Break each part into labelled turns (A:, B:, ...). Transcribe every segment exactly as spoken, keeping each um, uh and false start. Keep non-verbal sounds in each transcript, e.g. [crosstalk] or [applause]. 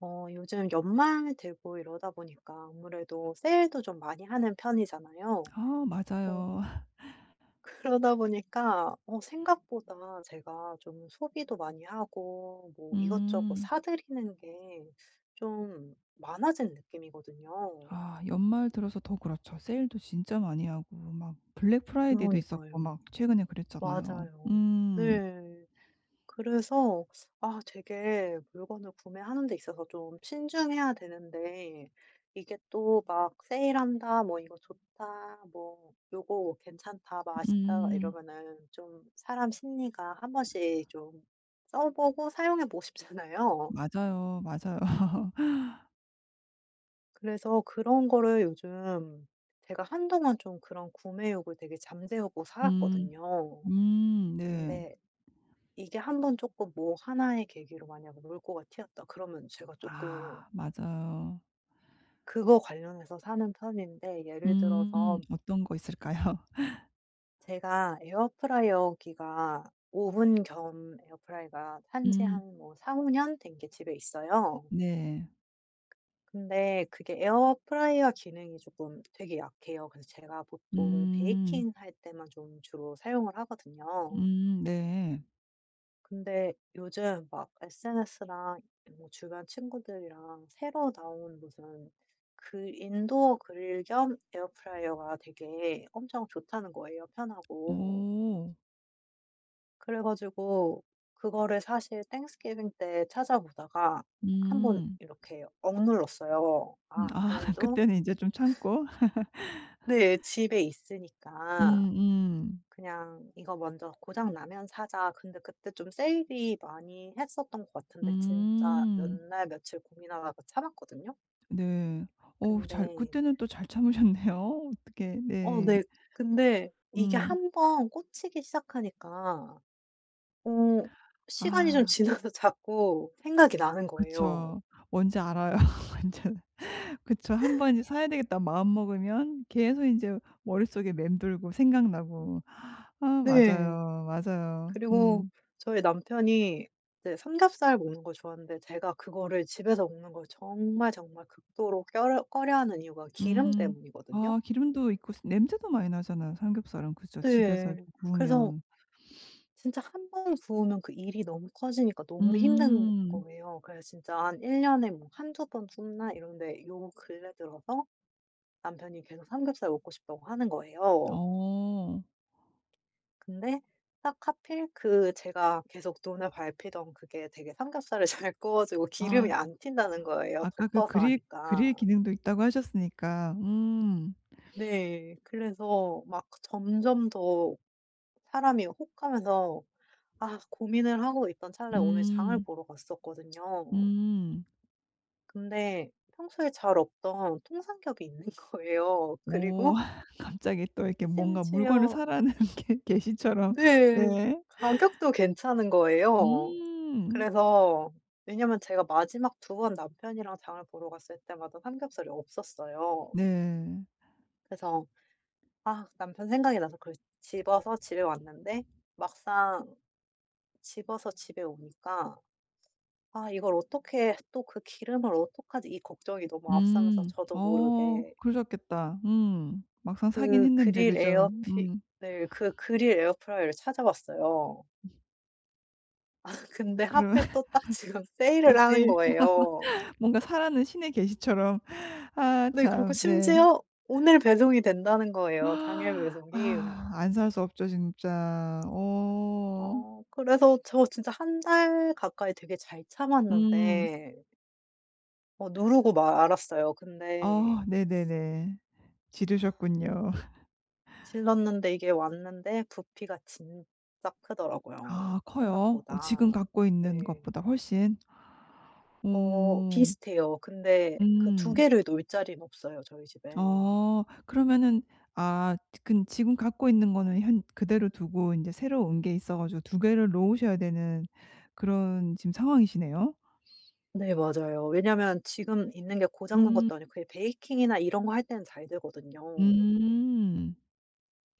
A: 어, 요즘 연말 되고 이러다 보니까 아무래도 세일도 좀 많이 하는 편이잖아요.
B: 아
A: 어,
B: 맞아요. [laughs]
A: [laughs] 그러다 보니까 어, 생각보다 제가 좀 소비도 많이 하고 뭐 이것저것
B: 음.
A: 사들이는 게 좀 많아진 느낌이거든요.
B: 아 연말 들어서 더 그렇죠. 세일도 진짜 많이 하고 막 블랙 프라이데이도 있었고
A: 그러니까요.
B: 막 최근에 그랬잖아요.
A: 맞아요.
B: 음.
A: 네. 그래서 아 되게 물건을 구매하는 데 있어서 좀 신중해야 되는데, 이게 또 막 세일한다, 뭐 이거 좋다, 뭐 요거 괜찮다, 맛있다
B: 음.
A: 이러면은 좀 사람 심리가 한 번씩 좀 써보고 사용해 보고 싶잖아요.
B: 맞아요, 맞아요. [laughs]
A: 그래서 그런 거를 요즘 제가 한동안 좀 그런 구매욕을 되게 잠재우고
B: 음.
A: 살았거든요.
B: 음 네.
A: 근데 이게 한번 조금 뭐 하나의 계기로 만약 물꼬가 튀었다 그러면 제가 조금
B: 아 맞아요.
A: 그거 관련해서 사는 편인데, 예를
B: 음
A: 들어서
B: 어떤 거 있을까요?
A: 제가 에어프라이어기가, 오븐 겸 에어프라이어가
B: [laughs]
A: 산지
B: 음
A: 한 뭐 사 오 년 된 게 집에 있어요.
B: 네.
A: 근데 그게 에어프라이어 기능이 조금 되게 약해요. 그래서 제가 보통
B: 음.
A: 베이킹 할 때만 좀 주로 사용을 하거든요.
B: 음 네.
A: 근데 요즘 막 에스엔에스랑 뭐 주변 친구들이랑 새로 나온 무슨 그 인도어 그릴 겸 에어프라이어가 되게 엄청 좋다는 거예요, 편하고.
B: 오.
A: 그래가지고 그거를 사실 땡스기빙 때 찾아보다가 한번
B: 음.
A: 이렇게 억눌렀어요.
B: 음
A: 아,
B: 아 [laughs]
A: 그래도
B: 그때는 이제 좀 참고. [laughs]
A: 네 집에 있으니까
B: 음음.
A: 그냥 '이거 먼저 고장 나면 사자.' 근데 그때 좀 세일이 많이 했었던 것 같은데 진짜 몇
B: 음.
A: 날 며칠 고민하다가 참았거든요.
B: 네. 어우 잘
A: 근데
B: 그때는 또 잘 참으셨네요. [laughs] 어떻게
A: 어
B: 네.
A: 네 근데 이게
B: 음.
A: 한번 꽂히기 시작하니까 어 시간이 좀
B: 아
A: 지나서 [laughs] 자꾸 생각이 나는 거예요.
B: 그쵸. 뭔지 알아요. [laughs] 완전 그쵸. 한 번 이제 '사야 되겠다.' 마음먹으면 계속 인제 머릿속에 맴돌고 생각나고. 아
A: 네.
B: 맞아요. 맞아요.
A: 그리고
B: 음.
A: 저희 남편이 이제 삼겹살 먹는 걸 좋아하는데 제가 그거를 집에서 먹는 걸 정말 정말 극도로 려 꺼려하는 이유가 기름
B: 음.
A: 때문이거든요.
B: 아 기름도 있고 스 냄새도 많이 나잖아요, 삼겹살은. 그죠? 집에서 이렇게
A: 네. 그래서
B: 구우면.
A: 진짜 한 번 구우면 그 일이 너무 커지니까 너무 힘든
B: 음.
A: 거예요. 그래서 진짜 한 일 년에 뭐두번 굽나 이런데, 요 근래 들어서 남편이 계속 삼겹살 먹고 싶다고 하는 거예요.
B: 어.
A: 근데 딱 하필 그 제가 계속 눈을 밟히던 그게 되게 삼겹살을 [laughs] 잘 구워 주고
B: 아
A: 기름이 안 튄다는 거예요,
B: 아까 그
A: 덮어서
B: 그릴 그릴
A: 하니까.
B: 기능도 있다고 하셨으니까 음.
A: 네. 그래서 막 점점 더 사람이 혹하면서 아 고민을 하고 있던 찰나에 오늘 장을
B: 음.
A: 보러 갔었거든요.
B: 음.
A: 근데 평소에 잘 없던 통삼겹이 있는 [laughs] 거예요.
B: 어
A: 그리고
B: [laughs] 갑자기 또 이렇게 뭔가 물건을
A: 심지어
B: 사라는 [laughs] 게 계시처럼
A: 네.
B: 네.
A: 가격도 괜찮은 거예요.
B: 음.
A: 그래서 왜냐면 제가 마지막 두 번 남편이랑 장을 보러 갔을 때마다 삼겹살이 없었어요.
B: 네.
A: 그래서 아 남편 생각이 나서 그걸 집어서 집에 왔는데, 막상 집어서 집에 오니까 아 이걸 어떻게 또 그 기름을 어떡하지 이 걱정이 너무 앞서면서
B: 음.
A: 저도
B: 어
A: 모르게
B: 그러셨겠다. 음. 막상 사긴
A: 그
B: 했는데
A: 그릴
B: 그죠?
A: 에어피
B: 음.
A: 네 그 그릴 에어프라이어를 찾아봤어요. [laughs] 근데
B: 그런
A: 하필
B: [laughs]
A: 또 딱 지금
B: 또
A: 세일을 하는
B: 세일
A: 거예요.
B: 뭔가 사라는 신의 계시처럼 아
A: 네 그리고
B: 참 네.
A: 심지어 오늘 배송이 된다는
B: [gasps]
A: 거예요, 당일 배송이.
B: 아 안 살 수 없죠 진짜. 어.
A: 어 그래서 저 진짜 한 달 가까이 되게 잘
B: 음.
A: 참았는데 어 누르고 말았어요. 근데
B: 아 네네네. 지르셨군요. [laughs]
A: 질렀는데 이게 왔는데 부피가 진짜 크더라고요,
B: 아 커요? 어 지금
A: 생각보다.
B: 갖고 있는
A: 네.
B: 것보다 훨씬?
A: 어
B: 오,
A: 비슷해요. 근데 그 두
B: 음.
A: 개를 놓을 자리는 없어요 저희 집엔.
B: 아 그러면은 아 근 지금 갖고 있는 거는 현 그대로 두고 이제 새로운 게 있어 가지고 두 개를 놓으셔야 되는 그런 지금 상황이시네요?
A: 네 맞아요. 왜냐면 지금 있는 게 고장 난
B: 음.
A: 것도 아니고 그게 베이킹이나 이런 거 할 때는 잘 되거든요.
B: 음.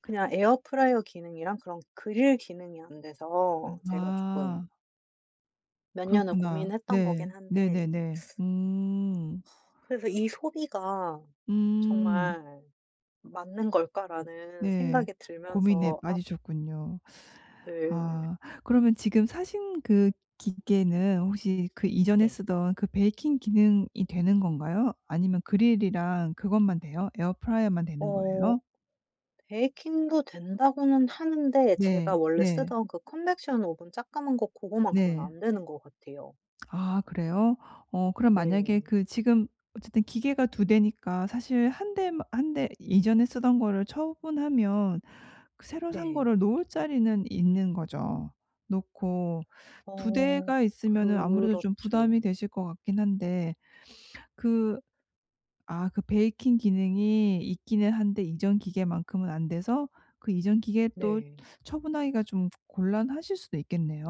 A: 그냥 에어프라이어 기능이랑 그런 그릴 기능이 안 돼서 제가 조금
B: 아
A: 몇 년을
B: 그렇구나.
A: 고민했던 거긴
B: 네.
A: 한데,
B: 네네네. 음.
A: 그래서 이 소비가
B: 음.
A: 정말 '맞는 걸까?'라는
B: 네.
A: 생각이
B: 고민에
A: 들면서 아
B: 빠지셨군요.
A: 늘
B: 아 그러면 지금 사신 그 기계는 혹시 그 이전에
A: 네.
B: 쓰던 그 베이킹 기능이 되는 건가요? 아니면 그릴이랑 그것만 돼요? 에어프라이어만 되는
A: 어
B: 거예요?
A: 베이킹도 된다고는 하는데 제가
B: 네.
A: 원래
B: 네.
A: 쓰던 그 컨벡션 오븐 작가만 거 고거만큼은
B: 네.
A: 안 되는 것 같아요.
B: 아 그래요? 어 그럼 만약에
A: 네.
B: 그 지금 어쨌든 기계가 두 대니까 사실 한 대 한 대 이전에 쓰던 거를 처분하면 그 새로 산
A: 네.
B: 거를 놓을 자리는 있는 거죠. 놓고 두
A: 어
B: 대가 있으면은 아무래도 좀
A: 그렇죠.
B: 부담이 되실 것 같긴 한데 그 아 그 베이킹 기능이 있기는 한데 이전 기계만큼은 안 돼서 그 이전 기계 또
A: 네.
B: 처분하기가 좀 곤란하실 수도 있겠네요.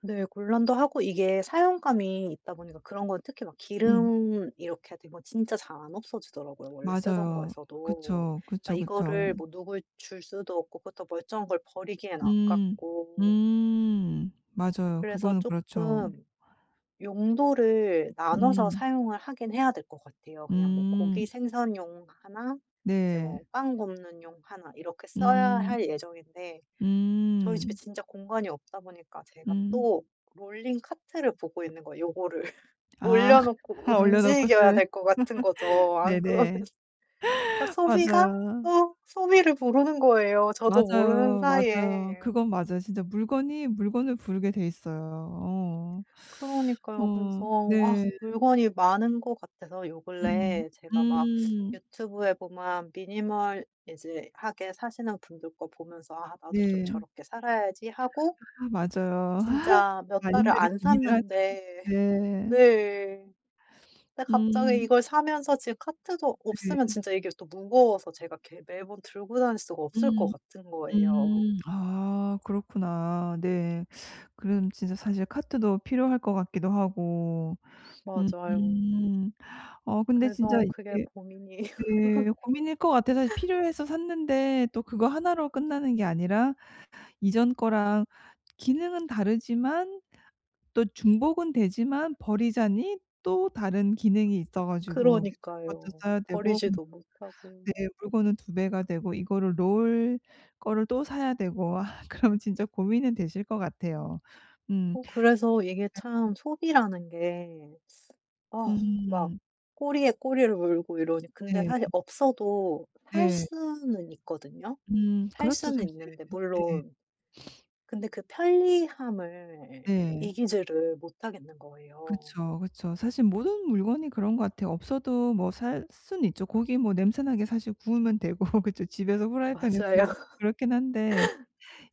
A: 네. 곤란도 하고 이게 사용감이 있다 보니까 그런 건 특히 막
B: 음
A: 기름 이렇게 된 건 진짜 잘 안 없어지더라고요, 원래 쓰던
B: 맞아요.
A: 거에서도.
B: 그쵸,
A: 그러니까
B: 그쵸, 그쵸.
A: 이거를 뭐 누굴 줄 수도 없고 그것도 멀쩡한 걸 버리기엔
B: 음.
A: 아깝고
B: 음. 맞아요.
A: 그래서
B: 그거는 그렇죠.
A: 조금 용도를 나눠서
B: 음.
A: 사용을 하긴 해야 될 것 같아요. 그냥 뭐 고기
B: 음.
A: 생선용 하나, 이제
B: 네.
A: 뭐 빵 굽는 용 하나 이렇게 써야
B: 음.
A: 할 예정인데, 저희 집에
B: 음.
A: 진짜 공간이 없다 보니까 제가
B: 음.
A: 또 롤링 카트를 보고 있는 거예요, 요거를. [laughs]
B: 아. [laughs]
A: 올려놓고
B: 얼려 놓고
A: 움직여야
B: 쓸.
A: 될 것 같은 거죠. 안 그러면
B: 네네.
A: [laughs] 니까 소비가
B: 맞아요.
A: 또 소비를 부르는 거예요, 저도 모르는
B: 맞아요, 맞아요.
A: 사이에.
B: 그건 맞아요. 진짜 물건이 물건을 부르게 돼 있어요. 어.
A: 그러니까요. 그래서
B: 어.
A: 아
B: 네.
A: 물건이 많은 것 같아서 요
B: 음.
A: 근래에 제가 막
B: 음.
A: 유튜브에 보면 미니멀 이제 하게 사시는 분들 거 보면서 '아 나도 좀
B: 네.
A: 저렇게 살아야지.' 하고
B: 아 맞아요. [laughs]
A: 진짜 몇 달을
B: 많이들이
A: 안
B: 고민을 하죠.
A: 샀는데 [laughs]
B: 네.
A: 네. 근데 갑자기
B: 음.
A: 이걸 사면서 지금 카트도 없으면
B: 네.
A: 진짜 이게 또 무거워서 제가 이렇게 매번 들고 다닐 수가 없을 것
B: 음.
A: 같은 거예요.
B: 음. 아 그렇구나. 네. 그럼 진짜 사실 카트도 필요할 것 같기도 하고.
A: 맞아요.
B: 음음. 어 근데 진짜
A: 그래서 그게
B: 이게
A: 고민이에요. [laughs]
B: 네 고민일 것 같아요. 사실 필요해서 샀는데 또 그거 하나로 끝나는 게 아니라 이전 거랑 기능은 다르지만 또 중복은 되지만 버리자니 또 다른 기능이 있어 가지고 그것도
A: 그러니까요.
B: 써야 되고
A: 버리지도 못하고.
B: 네. 물건은 두 배가 되고 이거를 놓을 거를 또 사야 되고 아 [laughs] 그럼 진짜 고민은 되실 것 같아요. 음.
A: 어 그래서 이게
B: 네.
A: 참 소비라는 게, 어, 막
B: 음.
A: 꼬리에 꼬리를 물고 이러니 근데
B: 네.
A: 사실 없어도 살
B: 네.
A: 수는 있거든요.
B: 음.
A: 살
B: 그렇죠
A: 수는
B: 사실.
A: 있는데,
B: 네.
A: 물론 근데 그 편리함을
B: 네.
A: 이기지를 못하겠는 거예요.
B: 그쵸, 그쵸. 사실 모든 물건이 그런 것 같아요. 없어도 뭐 살 수는 있죠. 고기 뭐 냄새 나게 사실 구우면 되고 [laughs] 그쵸. 집에서 후라이팬에 구우면
A: 맞아요. [laughs]
B: 그렇긴 한데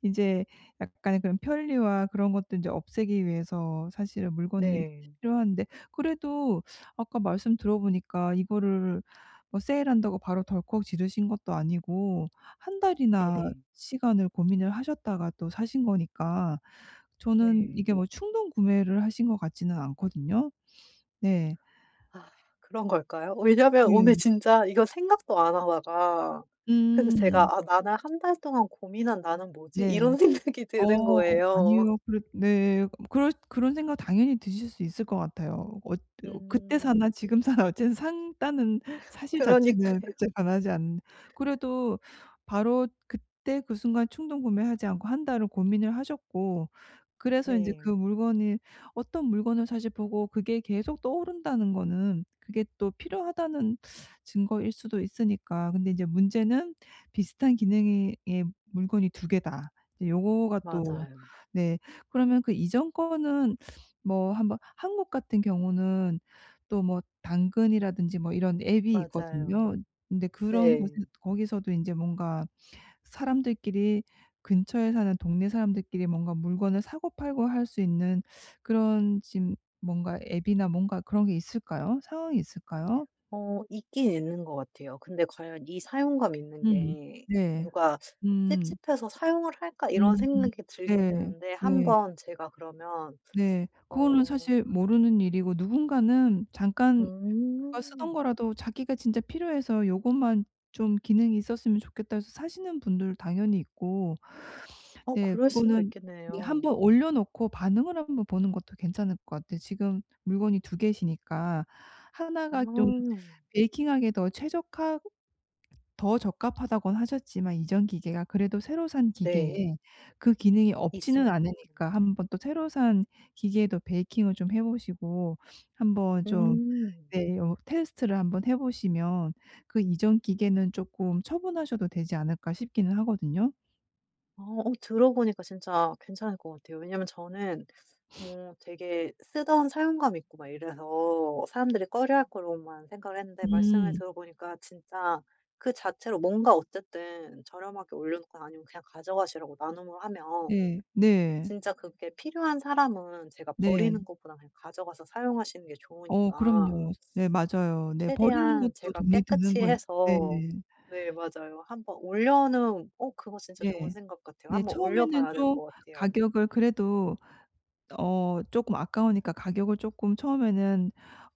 B: 이제 약간의 그런 편리와 그런 것들 이제 없애기 위해서 사실은 물건이
A: 네.
B: 필요한데 그래도 아까 말씀 들어보니까 이거를 뭐 세일한다고 바로 덜컥 지르신 것도 아니고 한 달이나
A: 네네.
B: 시간을 고민을 하셨다가 또 사신 거니까 저는
A: 네.
B: 이게 뭐 충동 구매를 하신 것 같지는 않거든요. 네.
A: 아 그런 걸까요? 왜냐면 오늘
B: 네.
A: 진짜 이거 생각도 안 하다가, 그래서
B: 음.
A: 제가 '아 나는 한 달 동안 고민한 나는 뭐지?'
B: 네.
A: 이런 [laughs] 생각이 드는
B: 어
A: 거예요.
B: 아니요. 그렇 네. 음, 그럴 그런 생각 당연히 드실 수 있을 것 같아요. 어 어, 그때
A: 음.
B: 사나 지금 사나 [laughs] 어쨌든 산다는 사실 자체는
A: 그러니까요.
B: 그쵸 변하지 않는 그래도 바로 그때 그 순간 충동 구매하지 않고 한 달을 고민을 하셨고 그래서 인제 그
A: 네.
B: 물건이 어떤 물건을 사실 보고 그게 계속 떠오른다는 거는 그게 또 필요하다는 증거일 수도 있으니까. 근데 인제 문제는 비슷한 기능의 의 물건이 두 개다. 이제 요거가 또
A: 맞아요.
B: 네. 그러면 그 이전 거는 뭐 한번 한국 같은 경우는 또 뭐 당근이라든지 뭐 이런 앱이
A: 맞아요.
B: 있거든요. 근데 그런 곳에
A: 네.
B: 거기서도 인제 뭔가 사람들끼리 근처에 사는 동네 사람들끼리 뭔가 물건을 사고 팔고 할 수 있는 그런 지금 뭔가 앱이나 뭔가 그런 게 있을까요? 상황이 있을까요?
A: 어 있긴 있는 것 같아요. 근데 과연 이 사용감 있는
B: 음.
A: 게
B: 네.
A: 누가
B: 음.
A: '찝찝해서 사용을 할까?' 이런
B: 음.
A: 생각이 들긴
B: 네.
A: 드는데
B: 네.
A: 한번 제가 그러면
B: 네. 그거는
A: 어
B: 사실 모르는 일이고 누군가는 잠깐 누가
A: 음.
B: 쓰던 거라도 자기가 진짜 필요해서 요것만 좀 기능이 있었으면 좋겠다 해서 사시는 분들 당연히 있고
A: 어
B: 네
A: 그럴 수도
B: 그거는 네
A: 있겠네요.
B: 한번 올려 놓고 반응을 한번 보는 것도 괜찮을 것 같아요. 지금 물건이 두 개시니까 하나
A: 아
B: 가 좀 베이킹하기에 더 최적화 더 적합하다고는 하셨지만 이전 기계가 그래도 새로 산
A: 네.
B: 기계에 그 기능이 없지는
A: 있으니까.
B: 않으니까 한번 또 새로 산 기계에도 베이킹을 좀 해 보시고 한번 좀
A: 음.
B: 네 요 테스트를 한번 해 보시면 그 이전 기계는 쪼끔 처분하셔도 되지 않을까 싶기는 하거든요.
A: 아 어 어, 들어보니까 진짜 괜찮을 것 같아요. 왜냐면 저는 뭐 되게 쓰던 사용감 있고 막 이래서 사람들이 꺼려할 거로만 생각을 했는데, 말씀을
B: 음.
A: 들어보니까 진짜 그 자체로 뭔가 어쨌든 저렴하게 올려 놓거나 아니면 그냥 가져가시라고 나눔을 하면
B: 네. 네.
A: 진짜 그게 필요한 사람은 제가
B: 네.
A: 버리는 것보다 그냥 가져가서 사용하시는 게
B: 어
A: 좋으니까
B: 그럼요. 네 맞아요. 네 버리는
A: 최대한
B: 것도
A: 제가
B: 돈이 드는
A: 깨끗이
B: 건 네.
A: 해서 네 맞아요. 한번 올려는 어 그거 진짜 좋은
B: 네.
A: 생각 같아요.
B: 네
A: 한번 올려
B: 처음에는
A: 봐야 될
B: 좀
A: 것 같아요.
B: 가격을 그래도 어 조금 아까우니까 가격을 조금 처음에는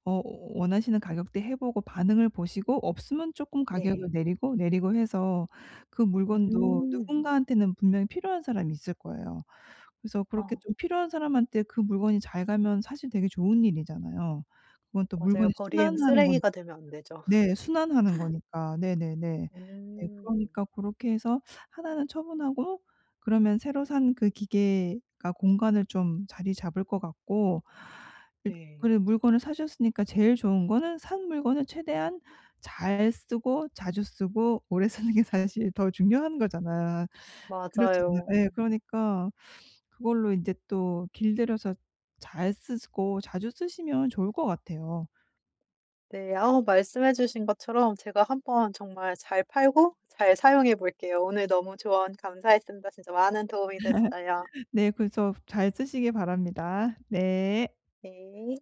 B: 어 원하시는 가격대 해 보고 반응을 보시고 없으면 조금 가격을
A: 네.
B: 내리고, 내리고 해서 그 물건도
A: 음.
B: 누군가한테는 분명히 필요한 사람이 있을 거예요. 그래서 그렇게
A: 아
B: 좀 필요한 사람한테 그 물건이 잘 가면 사실 되게 좋은 일이잖아요. 그건 또
A: 맞아요.
B: 물건이
A: 버림
B: 순환하는 거니까.
A: 쓰레기가 되면 안 되죠.
B: 네. 순환하는 거니까. 네네네. 네
A: 음.
B: 그러니까 고렇게 해서 하나는 처분하고 그러면 새로 산 그 기계가 공간을 좀 자리 잡을 것 같고 일
A: 네.
B: 그리고 물건을 사셨으니까 제일 좋은 거는 산 물건을 최대한 잘 쓰고 자주 쓰고 오래 쓰는 게 사실 더 중요한 거잖아. 그렇잖아요.
A: 맞아요.
B: 예. 그러니까 그걸로 인제 또 길들여서 잘 쓰고 자주 쓰시면 좋을 것 같아요.
A: 네. 아 말씀해 주신 것처럼 제가 한번 정말 잘 팔고 잘 사용해 볼게요. 오늘 너무 조언 감사했습니다. 진짜 많은 도움이 됐어요.
B: 네. 그래서 잘 쓰시길 바랍니다. 네.
A: 네.